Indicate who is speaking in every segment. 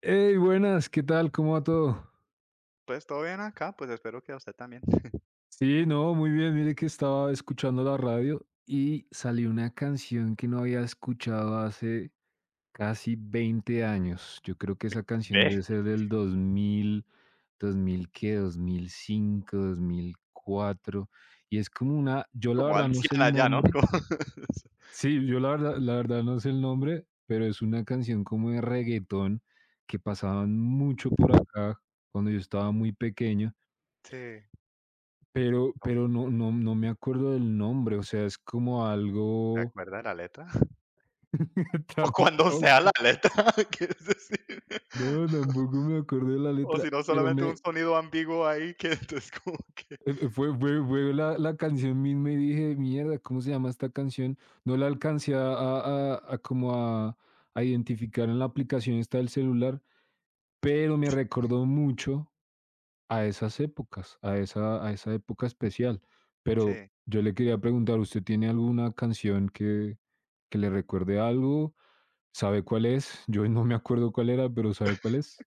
Speaker 1: Hey, buenas, ¿qué tal? ¿Cómo va todo?
Speaker 2: Pues todo bien acá, pues espero que a usted también.
Speaker 1: Sí, no, muy bien. Mire que estaba escuchando la radio y salió una canción que no había escuchado hace casi 20 años. Yo creo que esa canción debe
Speaker 2: Ve,
Speaker 1: ser del 2000, dos mil qué, dos mil cinco, 2004. Y es como una, yo la
Speaker 2: como
Speaker 1: verdad no sé el
Speaker 2: anciana ya, ¿no?
Speaker 1: nombre.
Speaker 2: Como
Speaker 1: Sí, yo la verdad no sé el nombre, pero es una canción como de reggaetón que pasaban mucho por acá cuando yo estaba muy pequeño.
Speaker 2: Sí,
Speaker 1: Pero
Speaker 2: ¿no
Speaker 1: pero no me acuerdo del nombre, o sea, es como
Speaker 2: se
Speaker 1: algo.
Speaker 2: acuerda de la letra? O cuando sea la
Speaker 1: Tampoco.
Speaker 2: letra, ¿quieres decir?
Speaker 1: No, tampoco me acordé de la
Speaker 2: O si
Speaker 1: letra,
Speaker 2: no,
Speaker 1: pero
Speaker 2: solamente un
Speaker 1: me
Speaker 2: sonido ambiguo ahí que entonces como que
Speaker 1: fue la canción misma y dije: "Mierda, ¿cómo se llama esta canción?". No la alcancé a como a identificar en la aplicación esta del celular, pero me recordó mucho a esas épocas, a esa época especial. Pero
Speaker 2: Sí.
Speaker 1: yo le quería preguntar, ¿usted tiene alguna canción que le recuerde algo? ¿Sabe cuál es? Yo no me acuerdo cuál era, pero ¿sabe cuál es?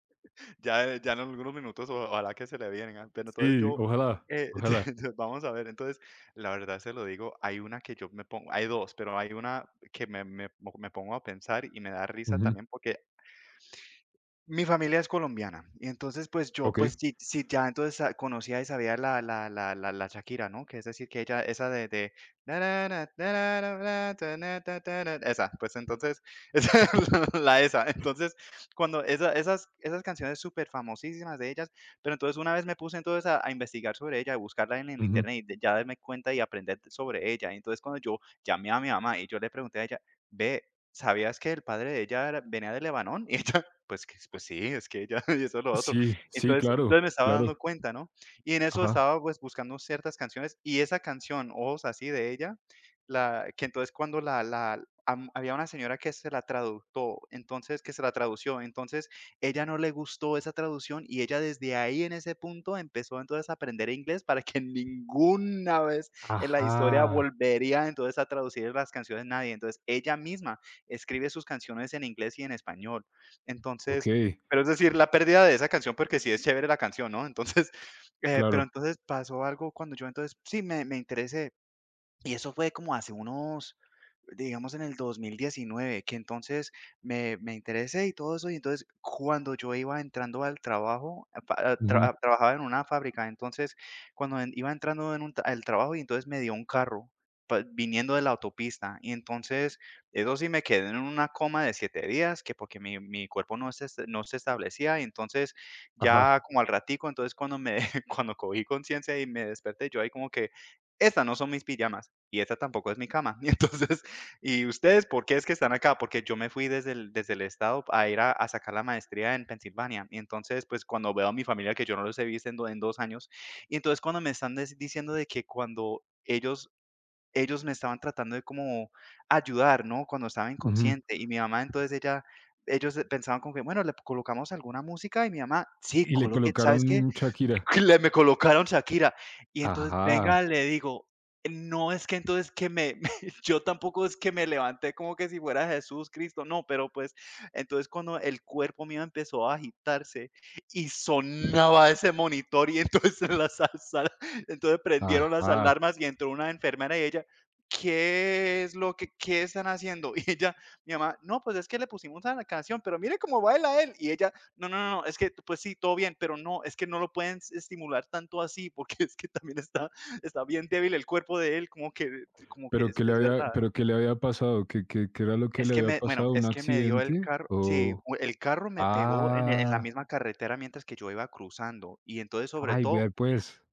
Speaker 2: Ya ya en algunos minutos ojalá que se le vengan, pero entonces
Speaker 1: Sí,
Speaker 2: yo,
Speaker 1: ojalá,
Speaker 2: eh,
Speaker 1: ojalá.
Speaker 2: vamos a ver, entonces, la verdad se lo digo, hay una que yo me pongo, hay dos, pero hay una que me pongo a pensar y me da risa
Speaker 1: Ujú.
Speaker 2: también porque mi familia es colombiana, y entonces, pues, yo,
Speaker 1: Ok.
Speaker 2: pues, sí, sí, ya entonces sa conocía y sabía la Shakira, ¿no? Que es decir, que ella esa de na, na, na, na, na, na, na, ta, na, ta, ta, na, esa, pues, entonces, esa es la esa. Entonces, cuando esas canciones súper famosísimas de ellas, pero entonces una vez me puse entonces a investigar sobre ella, a buscarla en el
Speaker 1: Ujú.
Speaker 2: internet, y ya darme cuenta y aprender sobre ella. Entonces, cuando yo llamé a mi mamá y yo le pregunté a ella: "Ve, ¿sabías que el padre de ella era venía de Lebanón?" Y ella pues que pues sí, es que ella y eso es lo otro.
Speaker 1: Sí, sí,
Speaker 2: Entonces
Speaker 1: claro,
Speaker 2: me estaba dando
Speaker 1: claro.
Speaker 2: cuenta, ¿no? Y en eso
Speaker 1: Ajá.
Speaker 2: estaba, pues, buscando ciertas canciones, y esa canción, Ojos así, de ella, la que entonces cuando la la am había una señora que se la traductó, entonces que se la tradució, entonces ella no le gustó esa traducción, y ella desde ahí, en ese punto, empezó entonces a aprender inglés para que ninguna vez en la historia
Speaker 1: Ajá.
Speaker 2: volvería entonces a traducir las canciones nadie. Entonces ella misma escribe sus canciones en inglés y en español. Entonces,
Speaker 1: Ok.
Speaker 2: pero es decir, la pérdida de esa canción, porque sí es chévere la canción, ¿no? Entonces, pero
Speaker 1: Claro.
Speaker 2: entonces pasó algo cuando yo entonces sí me interesé. Y eso fue como hace unos, digamos, en el 2019, que entonces me interesé y todo eso. Y entonces, cuando yo iba entrando al trabajo, a pa- a tra-
Speaker 1: Ujú,
Speaker 2: a- trabajaba en una fábrica. Entonces, cuando iba entrando en al trabajo, y entonces me dio un carro viniendo de la autopista. Y entonces, eso sí me quedé en una coma de 7 días, que porque mi cuerpo no se establecía. Y entonces,
Speaker 1: ajá.
Speaker 2: ya como al ratico, entonces cuando cogí conciencia y me desperté, yo ahí como que, estas no son mis pijamas y esta tampoco es mi cama. Y entonces, ¿y ustedes por qué es que están acá? Porque yo me fui desde el estado a ir a sacar la maestría en Pensilvania. Y entonces, pues cuando veo a mi familia, que yo no los he visto en 2 años, y entonces cuando me están diciendo de que cuando ellos... Ellos me estaban tratando de como ayudar, ¿no? Cuando estaba
Speaker 1: Ujú.
Speaker 2: inconsciente. Y mi mamá, entonces ella, ellos pensaban como que, bueno, le colocamos alguna música. Y mi mamá, sí,
Speaker 1: Y le
Speaker 2: coloque, ¿sabes qué?
Speaker 1: colocaron Shakira.
Speaker 2: Le me colocaron Shakira. Y entonces,
Speaker 1: Ajá.
Speaker 2: venga, le digo, no es que entonces que me, yo tampoco es que me levanté como que si fuera Jesús Cristo, no, pero pues entonces cuando el cuerpo mío empezó a agitarse y sonaba ese monitor y entonces entonces prendieron las
Speaker 1: Ajá.
Speaker 2: alarmas y entró una enfermera y ella, ¿qué es lo que qué están haciendo? Y ella, mi mamá, no, pues es que le pusimos a la canción, pero mire cómo baila él. Y ella, no, no, no, no, es que pues sí, todo bien, pero no, es que no lo pueden estimular tanto así, porque es que también está bien débil el cuerpo de él, como que
Speaker 1: ¿Pero
Speaker 2: es,
Speaker 1: qué le
Speaker 2: es
Speaker 1: había
Speaker 2: verdad.
Speaker 1: pero qué le había pasado? ¿Qué era lo que
Speaker 2: Es
Speaker 1: le
Speaker 2: que
Speaker 1: había
Speaker 2: me, bueno,
Speaker 1: pasado? ¿Un
Speaker 2: es que me dio el
Speaker 1: accidente?
Speaker 2: carro, sí,
Speaker 1: O
Speaker 2: el carro me pegó en la
Speaker 1: ah,
Speaker 2: misma carretera mientras que yo iba cruzando, y entonces sobre
Speaker 1: ay,
Speaker 2: todo
Speaker 1: ver, pues.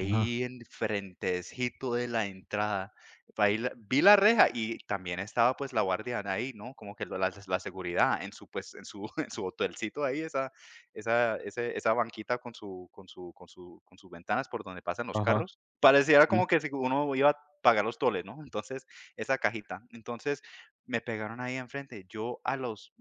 Speaker 1: Ajá,
Speaker 2: en frentecito de la entrada, ahí la vi la reja y también estaba, pues, la guardiana ahí, ¿no? Como que lo la la seguridad en su, pues, en su en su hotelcito ahí, esa banquita con sus ventanas por donde pasan los
Speaker 1: ajá,
Speaker 2: carros. Pareciera
Speaker 1: sí,
Speaker 2: como que si uno iba a pagar los toles, ¿no? Entonces, esa cajita. Entonces, me pegaron ahí enfrente. Yo a los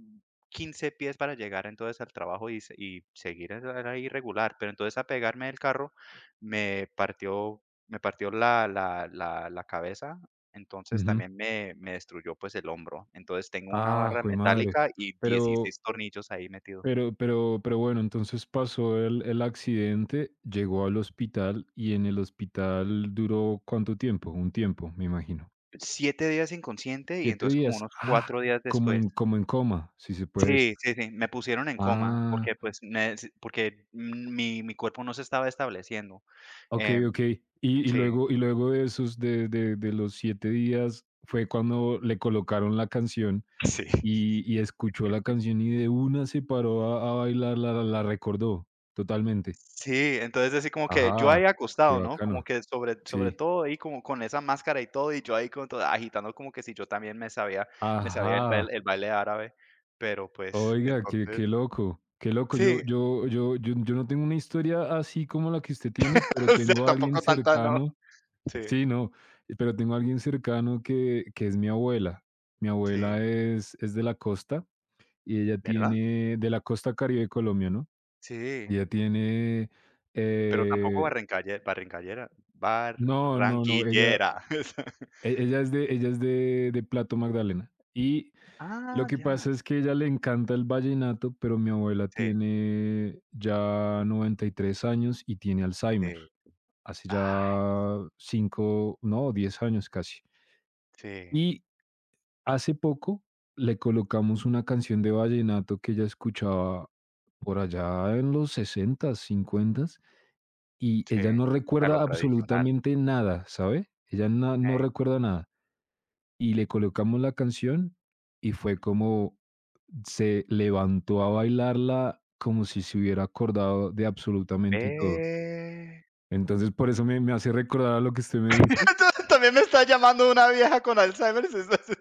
Speaker 2: 15 pies para llegar entonces al trabajo y seguir era irregular, pero entonces a pegarme del carro me partió la cabeza, entonces
Speaker 1: ujú.
Speaker 2: también me destruyó, pues, el hombro. Entonces, tengo una
Speaker 1: Ah,
Speaker 2: barra
Speaker 1: jue madre.
Speaker 2: metálica y
Speaker 1: Pero
Speaker 2: 16 tornillos ahí metido.
Speaker 1: pero bueno, entonces pasó el accidente, llegó al hospital y en el hospital duró, ¿cuánto tiempo? Un tiempo, me imagino.
Speaker 2: Siete días inconsciente y
Speaker 1: siete
Speaker 2: entonces como
Speaker 1: días?
Speaker 2: unos
Speaker 1: Ah,
Speaker 2: 4 días
Speaker 1: como
Speaker 2: después.
Speaker 1: en como en coma, si se puede
Speaker 2: Sí,
Speaker 1: decir.
Speaker 2: sí, sí, me pusieron en coma
Speaker 1: Ah.
Speaker 2: porque, pues, me porque mi mi cuerpo no se estaba estableciendo,
Speaker 1: Okey,
Speaker 2: em,
Speaker 1: okey. Y y
Speaker 2: sí,
Speaker 1: luego y luego de esos de los 7 días, fue cuando le colocaron la canción
Speaker 2: sí.
Speaker 1: y escuchó la canción y de una se paró a bailarla, la recordó totalmente.
Speaker 2: Sí, entonces así como que yo
Speaker 1: Ajá,
Speaker 2: ahí
Speaker 1: qué
Speaker 2: acostado, ¿no? Como
Speaker 1: bacano.
Speaker 2: que
Speaker 1: Sí.
Speaker 2: sobre todo ahí como con esa máscara y todo, y yo ahí como todo, agitando como que si yo también me sabía el, bail-
Speaker 1: Ajá.
Speaker 2: el baile árabe, pero pues
Speaker 1: Oiga, qué
Speaker 2: entonces,
Speaker 1: qué loco, qué loco. Yo
Speaker 2: sí,
Speaker 1: yo yo yo yo no tengo una historia así como la que usted tiene, pero
Speaker 2: o sea,
Speaker 1: tengo a alguien
Speaker 2: tampoco tanta, no.
Speaker 1: cercano.
Speaker 2: Sí,
Speaker 1: Sí, no, pero tengo a alguien cercano que es mi abuela. Mi
Speaker 2: sí,
Speaker 1: abuela es de la costa y ella
Speaker 2: ¿verdad?
Speaker 1: tiene de la costa Caribe de Colombia, ¿no?
Speaker 2: Sí,
Speaker 1: Ella tiene,
Speaker 2: pero tampoco
Speaker 1: eh, no, no, no, ella
Speaker 2: barranquillera. Esa.
Speaker 1: ella es de Plato Magdalena. Y lo
Speaker 2: Ah,
Speaker 1: que
Speaker 2: ya,
Speaker 1: pasa es que a ella le encanta el vallenato, pero mi abuela
Speaker 2: sí,
Speaker 1: tiene ya 93 años y tiene Alzheimer,
Speaker 2: sí,
Speaker 1: hace
Speaker 2: ah,
Speaker 1: ya 5 no, 10 años casi.
Speaker 2: sí,
Speaker 1: Y hace poco le colocamos una canción de vallenato que ella escuchaba por allá en los sesentas cincuentas y
Speaker 2: sí,
Speaker 1: ella no
Speaker 2: o sea, lo
Speaker 1: recuerda
Speaker 2: tradicional.
Speaker 1: absolutamente nada, ¿sabe? Ella no
Speaker 2: eh.
Speaker 1: recuerda nada. Y le colocamos la canción y fue como se levantó a bailarla como si se hubiera acordado de absolutamente todo.
Speaker 2: Ve.
Speaker 1: Entonces, por eso me hace recordar a lo que usted me dice.
Speaker 2: También me está llamando una vieja con Alzheimer, es así,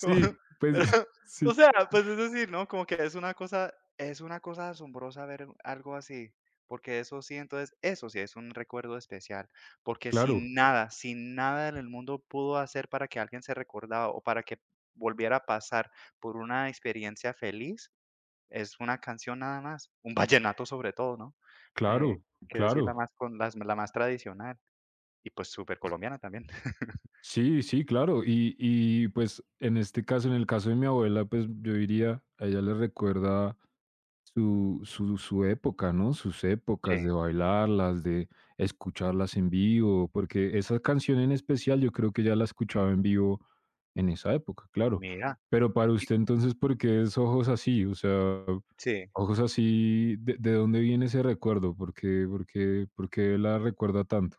Speaker 2: como
Speaker 1: pues.
Speaker 2: pero,
Speaker 1: Sí,
Speaker 2: o sea, pues, es decir, ¿no? Como que es una cosa asombrosa ver algo así, porque eso sí, entonces, eso sí es un recuerdo especial, porque
Speaker 1: claro,
Speaker 2: sin nada, sin nada en el mundo pudo hacer para que alguien se recordaba o para que volviera a pasar por una experiencia feliz, es una canción nada más, un vallenato sobre todo, ¿no? Eh,
Speaker 1: claro,
Speaker 2: que decir la
Speaker 1: claro.
Speaker 2: más con las la más tradicional y, pues, súper colombiana también.
Speaker 1: Sí, sí, claro. Y pues en este caso, en el caso de mi abuela, pues yo diría, a ella le recuerda su época, ¿no? Sus
Speaker 2: Sí,
Speaker 1: épocas de bailarlas, de escucharlas en vivo, porque esa canción en especial yo creo que ya la escuchaba
Speaker 2: sí,
Speaker 1: en vivo en esa época, claro.
Speaker 2: mira,
Speaker 1: Pero para
Speaker 2: y
Speaker 1: usted entonces, ¿por qué es ojos así? O sea,
Speaker 2: sí.
Speaker 1: ojos así, ¿de dónde viene ese recuerdo? ¿Por qué la recuerda tanto?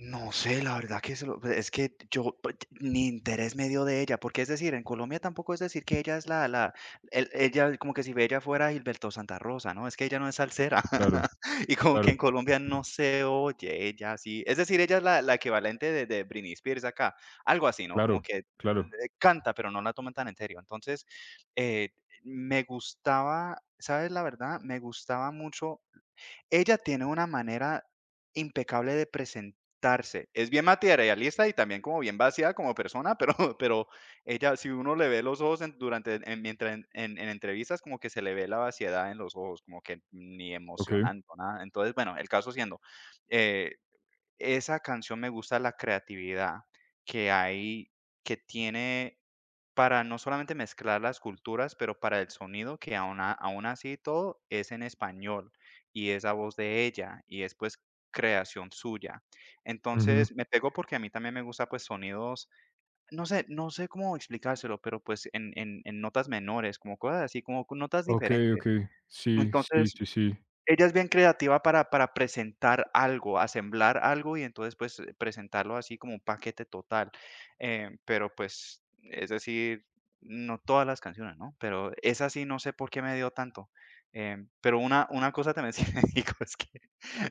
Speaker 2: No sé, la verdad que se lo pues, es que yo, pues, ni interés me dio de ella, porque, es decir, en Colombia tampoco es decir que ella es la la el ella como que si ella fuera Gilberto Santa Rosa, ¿no? Es que ella no es salsera,
Speaker 1: Claro,
Speaker 2: y como que
Speaker 1: claro,
Speaker 2: en Colombia no se oye ella así, es decir, ella es la equivalente de Britney Spears acá, algo así, ¿no? Como
Speaker 1: claro,
Speaker 2: que,
Speaker 1: claro.
Speaker 2: canta, pero no la toman tan en serio. Entonces, eh, me gustaba, ¿sabes la verdad? Me gustaba mucho. Ella tiene una manera impecable de presentarse. Es bien materialista y también como bien vacía como persona, pero pero ella, si uno le ve los ojos en durante en mientras en entrevistas, como que se le ve la vaciedad en los ojos, como que ni
Speaker 1: Ok.
Speaker 2: emocionante nada. Entonces, bueno, el caso siendo, eh, esa canción me gusta la creatividad que hay, que tiene para no solamente mezclar las culturas, pero para el sonido que aún así todo es en español, y es la voz de ella, y es, pues, creación suya.
Speaker 1: Ujú.
Speaker 2: Entonces, me pegó porque a mí también me gusta, pues, sonidos, no sé cómo explicárselo, pero, pues, en notas menores, como cosas así, como con notas
Speaker 1: Okey,
Speaker 2: diferentes.
Speaker 1: okey. Sí, sí,
Speaker 2: Entonces
Speaker 1: sí, sí.
Speaker 2: ella es bien creativa para presentar algo, asemblar algo y entonces, pues, presentarlo así como un paquete total, pero, pues, es decir, no todas las canciones, ¿no? Pero esa sí no sé por qué me dio tanto, pero una cosa también sí me dijo es que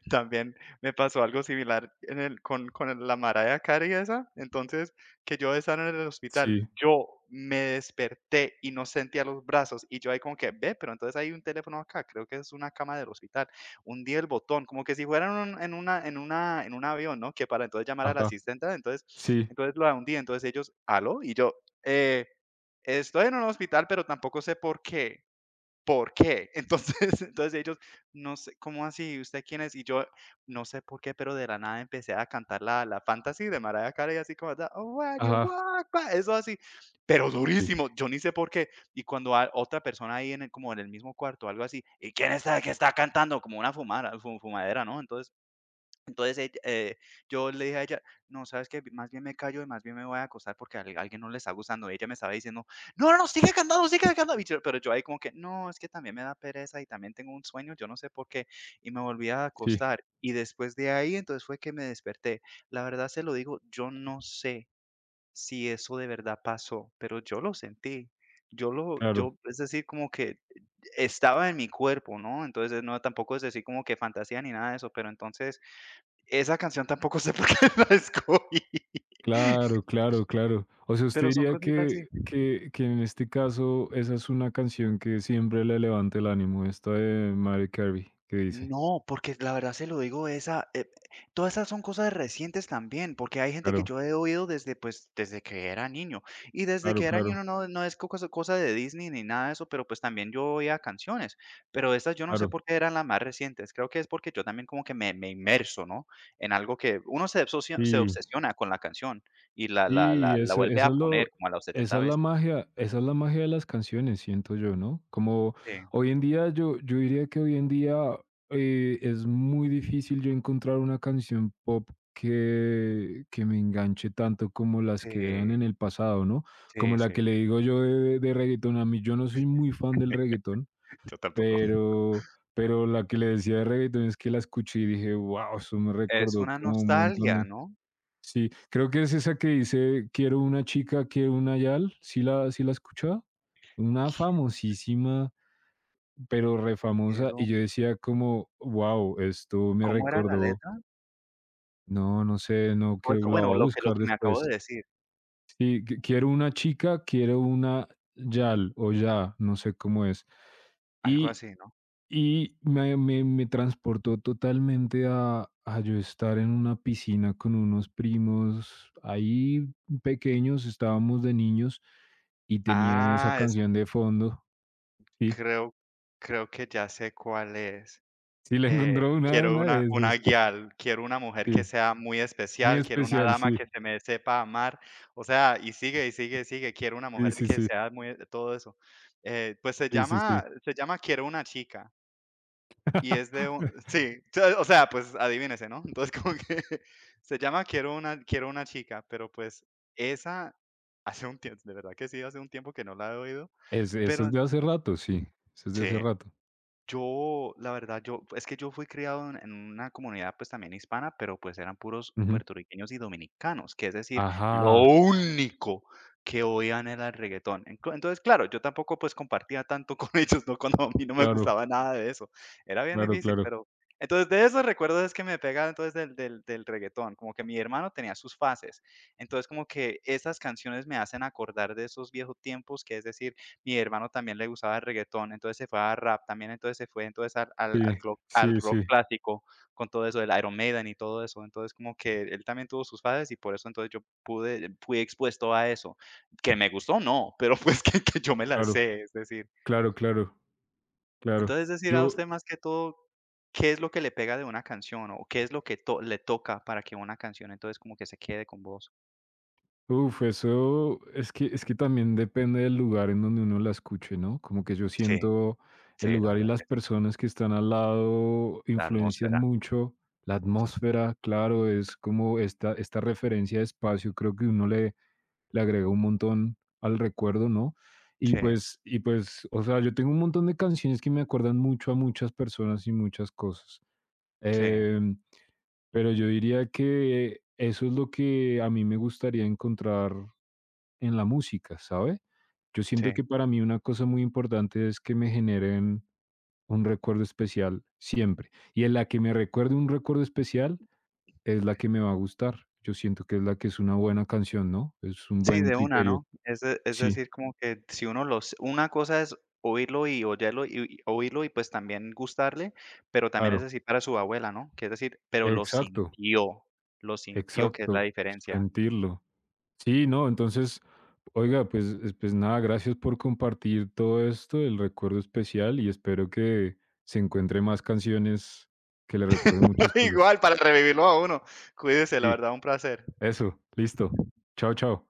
Speaker 2: también me pasó algo similar en el con el la Mariah Carey esa, entonces, que yo estaba en el hospital,
Speaker 1: Sí.
Speaker 2: yo me desperté y no sentía los brazos, y yo ahí como que: "Ve, pero entonces hay un teléfono acá, creo que es una cama del hospital". Un día el botón, como que si fuera en un en una en una en un avión, ¿no? Que para entonces llamar al
Speaker 1: Ajá.
Speaker 2: asistente, entonces
Speaker 1: Sí.
Speaker 2: la hundí, entonces ellos: "¿Aló?" Y yo: "Eh, estoy en un hospital, pero tampoco sé por qué". ¿Por qué? Entonces, entonces ellos, no sé, ¿cómo así? ¿Usted quién es? Y yo, no sé por qué, pero de la nada empecé a cantar la Fantasy de Mariah Carey, así como, "The way you
Speaker 1: Ajá.
Speaker 2: walk by", eso así, pero
Speaker 1: Sí,
Speaker 2: durísimo, yo ni sé por qué. Y cuando otra persona ahí en el, como en el mismo cuarto, algo así, ¿y quién es el que está cantando? Como una fumadera, ¿no? Entonces, ella, yo le dije a ella: "No, ¿sabes que Más bien me callo y más bien me voy a acostar porque a al alguien no le está gustando". Y ella me estaba diciendo: "No, no, no, sigue cantando, sigue cantando". Y yo pero yo ahí como que: "No, es que también me da pereza y también tengo un sueño, yo no sé por qué". Y me volví a
Speaker 1: sí,
Speaker 2: acostar. Y después de ahí, entonces fue que me desperté. La verdad se lo digo, yo no sé si eso de verdad pasó, pero yo lo sentí. Yo lo
Speaker 1: claro.
Speaker 2: yo, es decir, como que estaba en mi cuerpo, ¿no? Entonces, no, tampoco es decir como que fantasía ni nada de eso, pero entonces esa canción tampoco sé por qué la escogí,
Speaker 1: Claro, claro, claro. O sea, usted
Speaker 2: pero son
Speaker 1: diría
Speaker 2: cositas así.
Speaker 1: que en este caso esa es una canción que siempre le levanta el ánimo, esta de Mariah Carey que dice.
Speaker 2: No, porque la verdad se lo digo, esa, todas esas son cosas recientes también, porque hay gente que
Speaker 1: Claro,
Speaker 2: yo he oído desde, pues, desde que era niño, y desde que
Speaker 1: claro,
Speaker 2: era niño
Speaker 1: claro,
Speaker 2: no es co cosa cosa de Disney ni nada de eso, pero, pues, también yo oía canciones, pero estas yo no sé
Speaker 1: claro.
Speaker 2: por qué eran las más recientes, creo que es porque yo también como que me inmerso, ¿no?, en algo que uno se
Speaker 1: Sí.
Speaker 2: obsesiona con la canción y la la
Speaker 1: Y
Speaker 2: la la
Speaker 1: eso
Speaker 2: vuelve
Speaker 1: eso
Speaker 2: a
Speaker 1: es
Speaker 2: poner
Speaker 1: lo
Speaker 2: como a las
Speaker 1: esa
Speaker 2: 70
Speaker 1: es la
Speaker 2: veces.
Speaker 1: magia esa es la magia de las canciones, siento yo, ¿no? Como
Speaker 2: Sí,
Speaker 1: hoy en día, yo diría que hoy en día, es muy difícil yo encontrar una canción pop que me enganche tanto como las que eran
Speaker 2: sí.
Speaker 1: en el pasado, ¿no?
Speaker 2: Sí,
Speaker 1: Como la
Speaker 2: sí,
Speaker 1: que le digo yo de reguetón. A mí yo no soy muy fan del reguetón,
Speaker 2: yo tampoco.
Speaker 1: pero la que le decía de reguetón es que la escuché y dije: "Guau", eso me
Speaker 2: Es
Speaker 1: recordó
Speaker 2: una
Speaker 1: como un montón
Speaker 2: nostalgia,
Speaker 1: de.
Speaker 2: ¿no?
Speaker 1: Sí, creo que es esa que dice, quiero una chica, quiero una yal, ¿sí la he escuchado? Una famosísima, pero re famosa,
Speaker 2: Quiero,
Speaker 1: y yo decía como, wow, esto me
Speaker 2: ¿cómo era la
Speaker 1: recordó,
Speaker 2: letra?
Speaker 1: no, no sé, no,
Speaker 2: O
Speaker 1: creo
Speaker 2: eso,
Speaker 1: la
Speaker 2: bueno,
Speaker 1: voy a
Speaker 2: lo que lo
Speaker 1: buscar
Speaker 2: que me acabo
Speaker 1: después.
Speaker 2: de decir,
Speaker 1: Sí, quiero una chica, quiero una yal o ya, no sé cómo es.
Speaker 2: algo
Speaker 1: Y
Speaker 2: así, ¿no?
Speaker 1: Y me transportó totalmente a yo estar en una piscina con unos primos ahí pequeños, estábamos de niños y tenían esa
Speaker 2: Ah, es,
Speaker 1: canción de fondo. Sí,
Speaker 2: creo creo que ya sé cuál es.
Speaker 1: sí la encontró una
Speaker 2: Quiero
Speaker 1: una de
Speaker 2: una
Speaker 1: esas.
Speaker 2: guial, quiero una mujer que
Speaker 1: Sí,
Speaker 2: sea muy
Speaker 1: muy
Speaker 2: especial, quiero una
Speaker 1: especial,
Speaker 2: dama
Speaker 1: sí,
Speaker 2: que se me sepa amar, o sea, y sigue, y sigue, y sigue, quiero una
Speaker 1: sí,
Speaker 2: mujer
Speaker 1: sí,
Speaker 2: que
Speaker 1: sí,
Speaker 2: sea muy todo eso. Pues se
Speaker 1: sí, sí, sí.
Speaker 2: llama se llama Quiero una chica. Y es de un sí, o sea, pues adivínese, ¿no? Entonces, como que se llama Quiero una chica, pero, pues, esa hace un tiempo de verdad que sí, hace un tiempo que no la he oído,
Speaker 1: Es Eso es
Speaker 2: pero
Speaker 1: de hace rato, sí, eso es de hace
Speaker 2: sí.
Speaker 1: rato.
Speaker 2: Yo, la verdad, yo es que yo fui criado en una comunidad, pues, también hispana, pero, pues, eran puros
Speaker 1: Ujú.
Speaker 2: puertorriqueños y dominicanos, que es decir, lo
Speaker 1: Ajá,
Speaker 2: único que oían era el reguetón. Enco Entonces, claro, yo tampoco, pues, compartía tanto con ellos, ¿no? Cuando a mí no me
Speaker 1: claro,
Speaker 2: gustaba nada de eso. Era bien
Speaker 1: claro,
Speaker 2: difícil,
Speaker 1: claro.
Speaker 2: pero entonces, de esos recuerdos es que me pega, entonces, del reguetón, como que mi hermano tenía sus fases. Entonces, como que esas canciones me hacen acordar de esos viejos tiempos, que es decir, mi hermano también le gustaba el reggaetón, entonces se fue a rap también, entonces se fue entonces al
Speaker 1: Sí,
Speaker 2: al al clo al
Speaker 1: sí,
Speaker 2: rock
Speaker 1: sí,
Speaker 2: clásico con todo eso del Iron Maiden y todo eso. Entonces, como que él también tuvo sus fases y por eso entonces yo pude fui expuesto a eso. Que me gustó, no, pero pues que yo me las
Speaker 1: claro,
Speaker 2: sé, es decir.
Speaker 1: claro, claro, claro.
Speaker 2: Entonces, decir, a
Speaker 1: Yo
Speaker 2: usted más que todo, ¿qué es lo que le pega de una canción o qué es lo que to le toca para que una canción entonces como que se quede con vos?
Speaker 1: Uf, eso es que, también depende del lugar en donde uno la escuche, ¿no? Como que yo
Speaker 2: Sí,
Speaker 1: siento el
Speaker 2: sí, la
Speaker 1: lugar y
Speaker 2: verdad
Speaker 1: las
Speaker 2: que sí.
Speaker 1: personas que están al lado
Speaker 2: La
Speaker 1: influencian
Speaker 2: atmósfera.
Speaker 1: mucho. La
Speaker 2: Sí,
Speaker 1: atmósfera, claro, es como esta referencia de espacio, creo que uno le agrega un montón al recuerdo, ¿no? Y pues, o sea, yo tengo un montón de canciones que me acuerdan mucho a muchas personas y muchas cosas.
Speaker 2: sí,
Speaker 1: Em, pero yo diría que eso es lo que a mí me gustaría encontrar en la música, ¿sabe? Yo siento
Speaker 2: sí.
Speaker 1: que para mí una cosa muy importante es que me generen un recuerdo especial siempre. Y en la que me recuerde un recuerdo especial es la que me va a gustar. Yo siento que es la que es una buena canción, ¿no? Es un
Speaker 2: Sí,
Speaker 1: buen
Speaker 2: de una,
Speaker 1: criterio.
Speaker 2: ¿no? Es de, es
Speaker 1: Sí,
Speaker 2: decir, como que si uno los una cosa es oírlo y oírlo y oírlo y, pues, también gustarle, pero también es
Speaker 1: claro.
Speaker 2: decir para su abuela, ¿no? Que es decir, pero
Speaker 1: Exacto,
Speaker 2: lo sintió, que es la
Speaker 1: exacto.
Speaker 2: diferencia.
Speaker 1: Sentirlo. Sí, no, entonces, oiga, pues, pues nada, gracias por compartir todo esto, el recuerdo especial, y espero que se encuentre más canciones que le recuerden muchas cosas.
Speaker 2: Igual, para revivirlo a uno. Cuídese, la
Speaker 1: Sí,
Speaker 2: verdad, un placer.
Speaker 1: eso, listo. Chao, chao.